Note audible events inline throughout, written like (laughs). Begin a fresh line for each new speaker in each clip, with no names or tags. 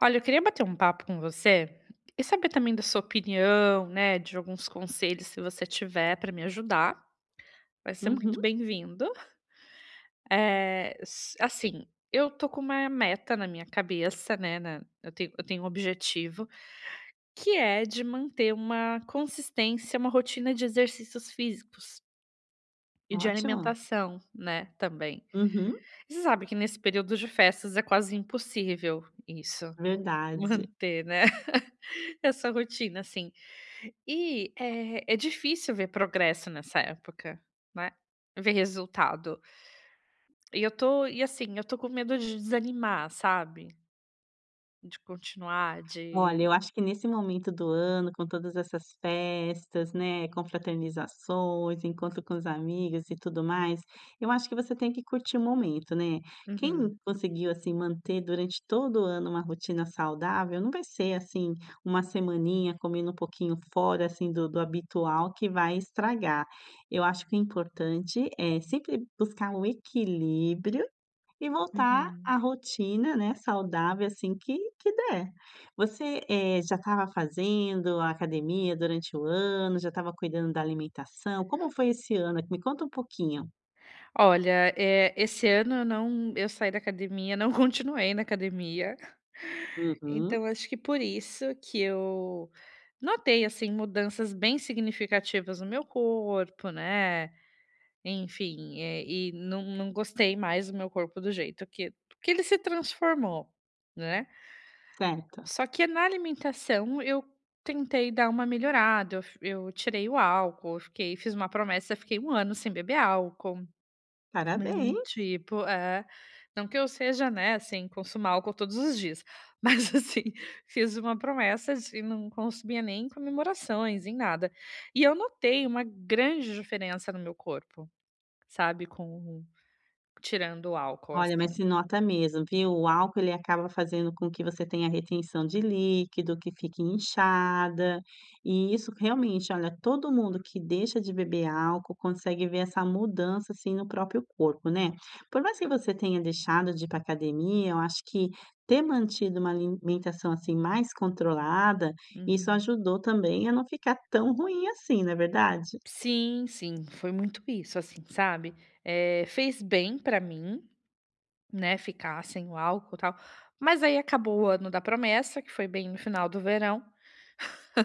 Olha, eu queria bater um papo com você e saber também da sua opinião, né, de alguns conselhos, se você tiver para me ajudar, vai ser
Uhum,
muito bem-vindo. Eh, s assim, eu tô com uma meta na minha cabeça, né, na eu tenho um objetivo, que é de manter uma consistência, uma rotina de exercícios físicos e de
ótimo.
alimentação, né, também.
Uhum,
E você sabe que nesse período de festas é quase impossível isso, (laughs)
verdade.
manter, né. (laughs) Essa rotina, assim. E, é difícil ver progresso nessa época, né, ver resultado. E assim, eu tô com medo de desanimar, sabe, de continuar,
Olha, eu
de
acho que nesse momento do ano, com todas essas festas, né, confraternizações, encontro com os amigos e tudo mais, eu acho que você tem que curtir o momento, né. Quem
uhum,
conseguiu, assim, manter durante todo o ano uma rotina saudável, não vai ser, assim, uma semaninha comendo um pouquinho fora, assim, do habitual que vai estragar. Eu acho que o importante é sempre buscar o equilíbrio e voltar à
uhum.
rotina, né, saudável, assim, que der. Você, já estava fazendo a academia durante o ano, já estava cuidando da alimentação, como foi esse ano? Me conta um pouquinho.
Olha, esse ano eu saí da academia, não, (laughs) continuei na academia,
Uhum,
então acho que por isso que eu notei, assim, mudanças bem significativas no meu corpo, né. Enfim, e não gostei mais do meu corpo do jeito que ele se transformou, né.
certo.
Só que na alimentação eu tentei dar uma melhorada, eu tirei o álcool, eu fiquei fiz uma promessa, fiquei um ano sem beber álcool, nem
Parabéns.
tipo é, não que eu seja, né, assim, consumar álcool todos os dias, mas (laughs) assim, fiz uma promessa de não consumia nem em comemorações, em nada. E eu notei uma grande diferença no meu corpo, sabe, com tirando o álcool,
Olha, mas
assim.
se nota mesmo, viu? O álcool ele acaba fazendo com que você tenha retenção de líquido, que fique inchada, e isso realmente, olha, todo mundo que deixa de beber álcool consegue ver essa mudança assim no próprio corpo, né? Por mais que você tenha deixado de ir para academia, eu acho que ter mantido uma alimentação assim mais controlada, isso
Uhum.
ajudou também a não ficar tão ruim assim, não é verdade?
Sim, sim, foi muito isso, assim, sabe. Fez bem pra mim, né, ficar sem o álcool, e tal, mas aí acabou o ano da promessa, que foi bem no final do verão,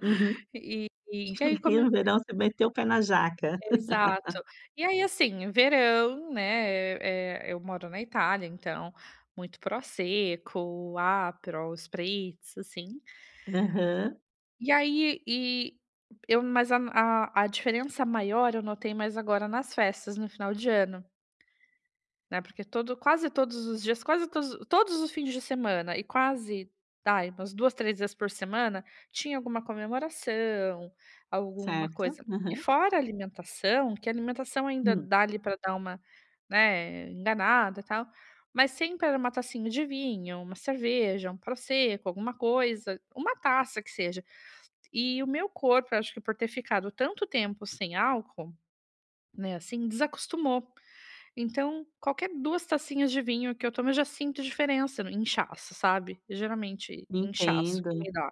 Uhum.
e aí
(laughs) E no
come
verão você meteu o pé na jaca.
exato. E aí, assim, verão, né, eu moro na Itália, então muito prosecco, aperol, spritz, assim.
Aham.
E aí e eu mas a diferença maior eu notei mais agora nas festas no final de ano, né, porque todo quase todos os dias, quase todos os fins de semana e quase, ai, umas duas, 3 vezes por semana, tinha alguma comemoração, alguma
Certo.
coisa. E
Aham.
fora a alimentação, que a alimentação ainda
Hum,
dá ali para dar uma, né, enganada, e tal, mas sempre era uma tacinha de vinho, uma cerveja, um prosecco, alguma coisa, uma taça que seja. E o meu corpo, eu acho que por ter ficado tanto tempo sem álcool, né, assim, desacostumou. Então, qualquer 2 tacinhas de vinho que eu tomo, eu já sinto diferença no inchaço, sabe. Geralmente inchaço
entendo.
que me dá.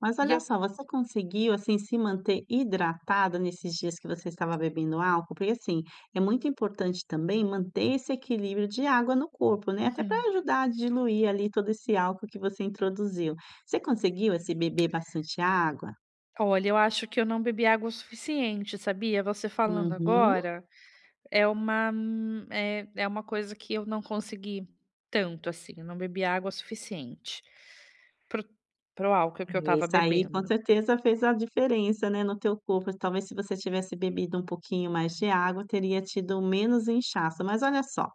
Mas
E
olha
eu
só, você conseguiu, assim, se manter hidratada nesses dias que você estava bebendo álcool? Porque, assim, é muito importante também manter esse equilíbrio de água no corpo, né, até
uhum.
para ajudar a diluir ali todo esse álcool que você introduziu. Você conseguiu, assim, beber bastante água?
Olha, eu acho que eu não bebi água o suficiente, sabia. Você falando
Uhum.
agora, é uma é uma coisa que eu não consegui tanto, assim, eu não bebi água o suficiente para o álcool que eu
E
estava
isso aí com
bebendo.
certeza fez a diferença, né, no teu corpo. Talvez se você tivesse bebido um pouquinho mais de água, teria tido menos inchaço. Mas olha só,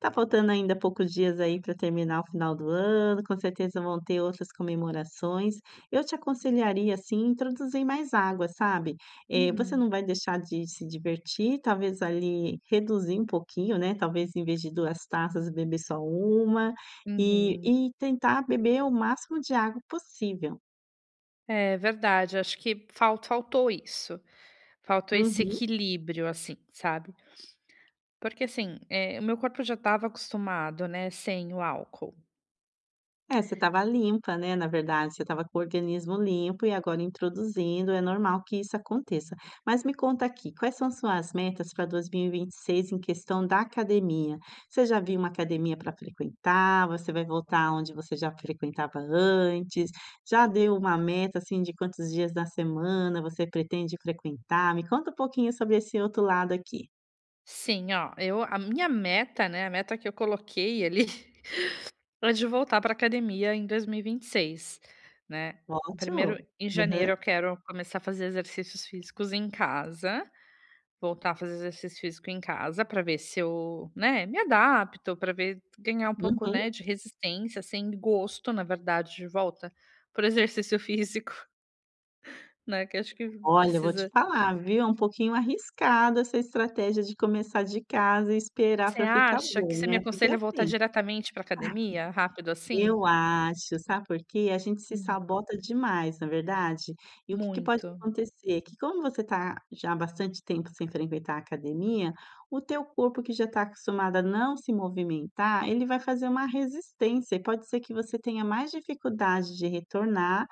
tá faltando ainda poucos dias aí para terminar o final do ano, com certeza vão ter outras comemorações. Eu te aconselharia, assim, introduzir mais água, sabe? Você
Uhum,
não vai deixar de se divertir, talvez ali reduzir um pouquinho, né? Talvez em vez de 2 taças, beber só uma e
uhum.
e tentar beber o máximo de água possível.
É verdade, acho que falta faltou isso, faltou esse
Uhum.
equilíbrio, assim, sabe. Porque assim, o meu corpo já estava acostumado, né, sem o álcool.
É, você estava limpa, né, na verdade, você estava com o organismo limpo e agora introduzindo, é normal que isso aconteça. Mas me conta aqui, quais são suas metas para 2026 em questão da academia? Você já viu uma academia para frequentar? Você vai voltar onde você já frequentava antes? Já deu uma meta, assim, de quantos dias da semana você pretende frequentar? Me conta um pouquinho sobre esse outro lado aqui.
Sim, ó, eu a minha meta, né, a meta que eu coloquei ali (laughs) é de voltar para academia em dois mil e vinte e seis, né. Primeiro
Ótimo.
em
Aham.
janeiro eu quero começar a fazer exercícios físicos em casa. Voltar a fazer exercício físico em casa para ver se eu, né, me adapto, para ver ganhar um pouco,
Uhum.
né, de resistência, sem gosto, na verdade, de volta por exercício físico, (laughs) né, que acho que
Olha, eu vou te
precisa.
falar, viu, é um pouquinho arriscado essa estratégia de começar de casa e esperar
Você
para ficar
acha que
bom,
você me
né, porque
aconselha a voltar
assim
diretamente para academia, rápido assim?
eu acho, sabe por quê? A gente se
Hum,
sabota demais, na verdade? E o que que pode
muito.
acontecer? Que como você está já há bastante tempo sem frequentar a academia, o teu corpo que já está acostumado a não se movimentar, ele vai fazer uma resistência e pode ser que você tenha mais dificuldade de retornar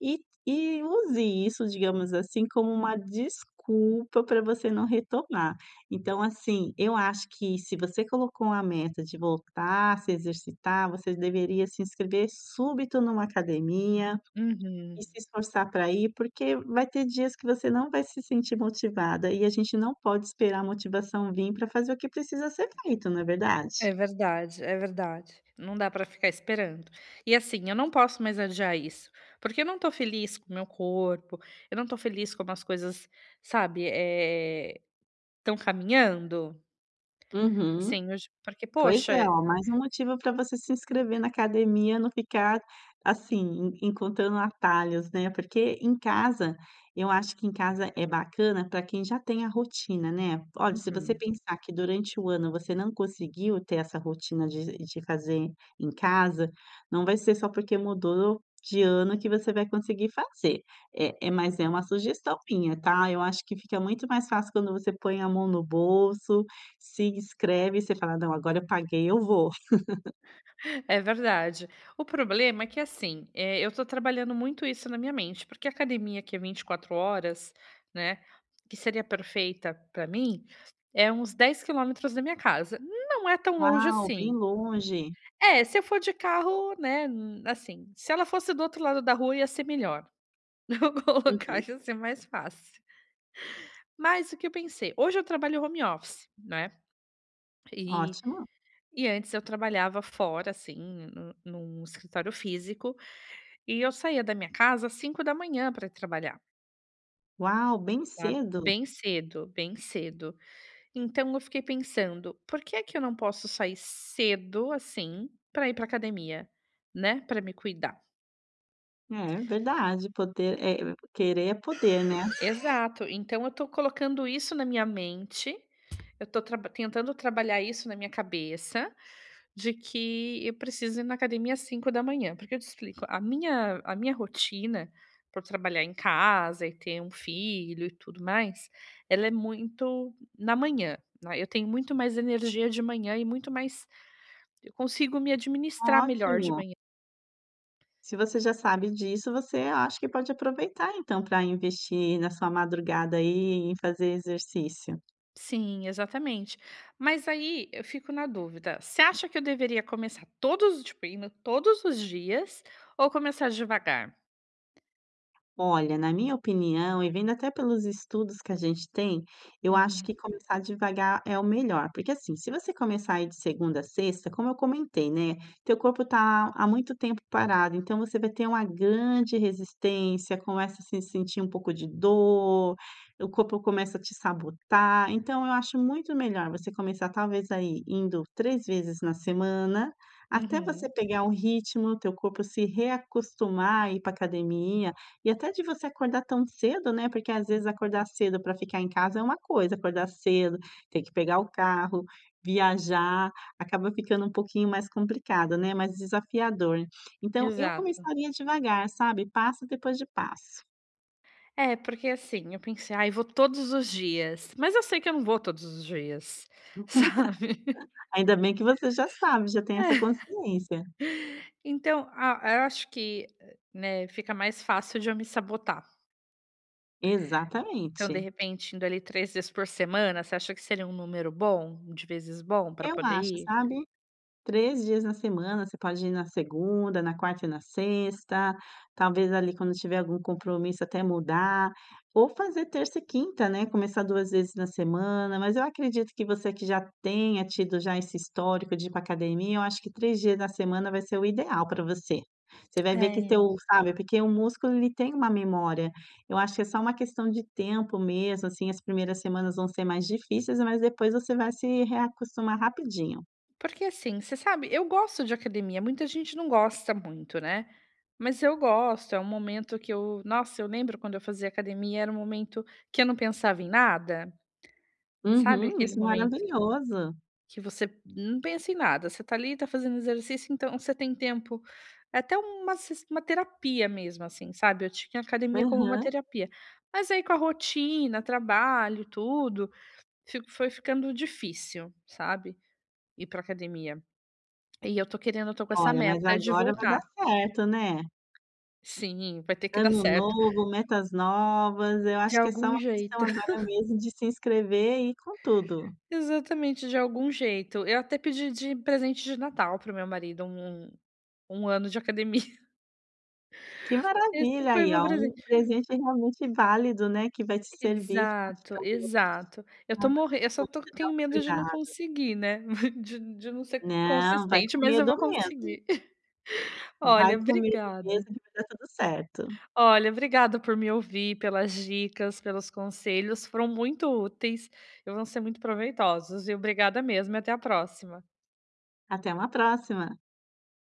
e e use isso, digamos assim, como uma desculpa para você não retornar. Então, assim, eu acho que se você colocou a meta de voltar a se exercitar, você deveria se inscrever súbito numa academia
Uhum.
e se esforçar para ir, porque vai ter dias que você não vai se sentir motivada e a gente não pode esperar a motivação vir para fazer o que precisa ser feito, não é verdade?
É verdade, é verdade. Não dá para ficar esperando. E assim, eu não posso mais adiar isso, porque eu não tô feliz com o meu corpo, eu não tô feliz como as coisas, sabe, estão caminhando.
Uhum.
Assim, hoje, porque,
Pois
poxa.
é, ó, mais um motivo para você se inscrever na academia, não ficar assim, en encontrando atalhos, né, porque em casa, eu acho que em casa é bacana para quem já tem a rotina, né. Olha, se você
Uhum.
pensar que durante o ano você não conseguiu ter essa rotina de fazer em casa, não vai ser só porque mudou de ano que você vai conseguir fazer. É mas é uma sugestão minha, tá. Eu acho que fica muito mais fácil quando você põe a mão no bolso, se inscreve, você fala: "Não, agora eu paguei, eu vou".
É verdade. O problema é que assim, eu tô trabalhando muito isso na minha mente, porque a academia, que é 24 horas, né, que seria perfeita para mim, é uns 10 quilômetros da minha casa. Não é tão longe
Uau, bem
assim.
longe.
É, se eu for de carro, né, assim, se ela fosse do outro lado da rua ia ser melhor, (laughs) eu
Uhum,
colocar ia ser mais fácil. Mas o que eu pensei, hoje eu trabalho home office, né, e
ótimo.
e antes eu trabalhava fora, assim, no num escritório físico, e eu saía da minha casa às 5h pra ir trabalhar,
Uau, bem
sabe,
cedo.
bem cedo, bem cedo. Então eu fiquei pensando: "Por que é que eu não posso sair cedo, assim, para ir para academia, né, para me cuidar?"
É verdade, poder é querer é poder, né.
Exato. Então eu estou colocando isso na minha mente, eu estou tentando trabalhar isso na minha cabeça, de que eu preciso ir na academia às 5 da manhã. Porque eu te explico, a minha rotina, por trabalhar em casa e ter um filho e tudo mais, ela é muito na manhã, né, eu tenho muito mais energia de manhã e muito mais eu consigo me administrar melhor de
Ótimo.
manhã.
Se você já sabe disso, você acho que pode aproveitar então para investir na sua madrugada aí em fazer exercício.
Sim, exatamente. Mas aí eu fico na dúvida, você acha que eu deveria começar tipo, indo todos os dias ou começar devagar?
Olha, na minha opinião, e vendo até pelos estudos que a gente tem, eu acho
Uhum.
que começar devagar é o melhor, porque assim, se você começar aí de segunda a sexta, como eu comentei, né, teu corpo tá há muito tempo parado, então você vai ter uma grande resistência, começa a se sentir um pouco de dor, o corpo começa a te sabotar. Então, eu acho muito melhor você começar talvez aí indo 3 vezes na semana, até você
Uhum,
pegar o ritmo, teu corpo se reacostumar a ir para academia. E até de você acordar tão cedo, né, porque às vezes acordar cedo para ficar em casa é uma coisa, acordar cedo, ter que pegar o carro, viajar, acaba ficando um pouquinho mais complicado, né, mais desafiador. Então eu
exato.
começaria devagar, sabe, passo depois de passo.
É, porque assim, eu pensei: "Ai, vou todos os dias", mas eu sei que eu não vou todos os dias, (laughs) sabe.
Ainda bem que você já sabe, já tem essa
É,
consciência.
então a eu acho que, né, fica mais fácil de eu me sabotar. Então, de
Exatamente.
repente, indo ali 3 vezes por semana, você acha que seria um número bom, de vezes bom para
Eu
poder
acho,
ir?
sabe? 3 dias na semana, você pode ir na segunda, na quarta e na sexta, talvez ali quando tiver algum compromisso até mudar, ou fazer terça e quinta, né, começar 2 vezes na semana, mas eu acredito que você que já tenha tido já esse histórico de ir para academia, eu acho que 3 dias na semana vai ser o ideal para você. Você vai ver que
É.
teu sabe, porque o músculo ele tem uma memória, eu acho que é só uma questão de tempo mesmo, assim, as primeiras semanas vão ser mais difíceis, mas depois você vai se reacostumar rapidinho.
Porque assim, você sabe, eu gosto de academia, muita gente não gosta muito, né, mas eu gosto, é um momento que eu nossa, eu lembro quando eu fazia academia, era um momento que eu não pensava em nada, sabe
Uhum,
aquele
isso é
momento
maravilhoso.
que você não pensa em nada, você tá ali, está fazendo exercício, então você tem tempo, é até uma terapia mesmo, assim, sabe, eu tinha a academia como uma
Aham.
terapia. Mas aí com a rotina, trabalho, tudo, fi foi ficando difícil, sabe, ir pra academia. E eu tô com essa
Olha, mas
meta de
agora vai dar
voltar.
certo, né.
Sim, vai ter que dar
Ano
certo.
novo, metas novas, eu
De
acho que é só
algum
uma questão
jeito. (laughs)
agora mesmo de se inscrever e ir com tudo.
Exatamente, de algum jeito. Eu até pedi de presente de Natal para o meu marido um ano de academia. (laughs)
Que
Esse
maravilha
foi
aí,
meu
ó, um
presente.
presente realmente válido, né, que vai te servir, que vai te
Exato,
trazer autoestima,
exato. Eu tô morrendo, eu
um
só tô
momento de
tenho medo de não
autocuidado.
conseguir, né, (laughs) de não ser
Não, vai
consistente,
com
mas eu
medo
vou
mesmo,
conseguir. (laughs)
vai
Olha,
com medo mesmo
obrigada.
que vai dar tudo certo.
Olha, obrigada por me ouvir, pelas dicas, pelos conselhos, foram muito úteis e vão ser muito proveitosos, e obrigada mesmo e até a próxima.
Até uma próxima.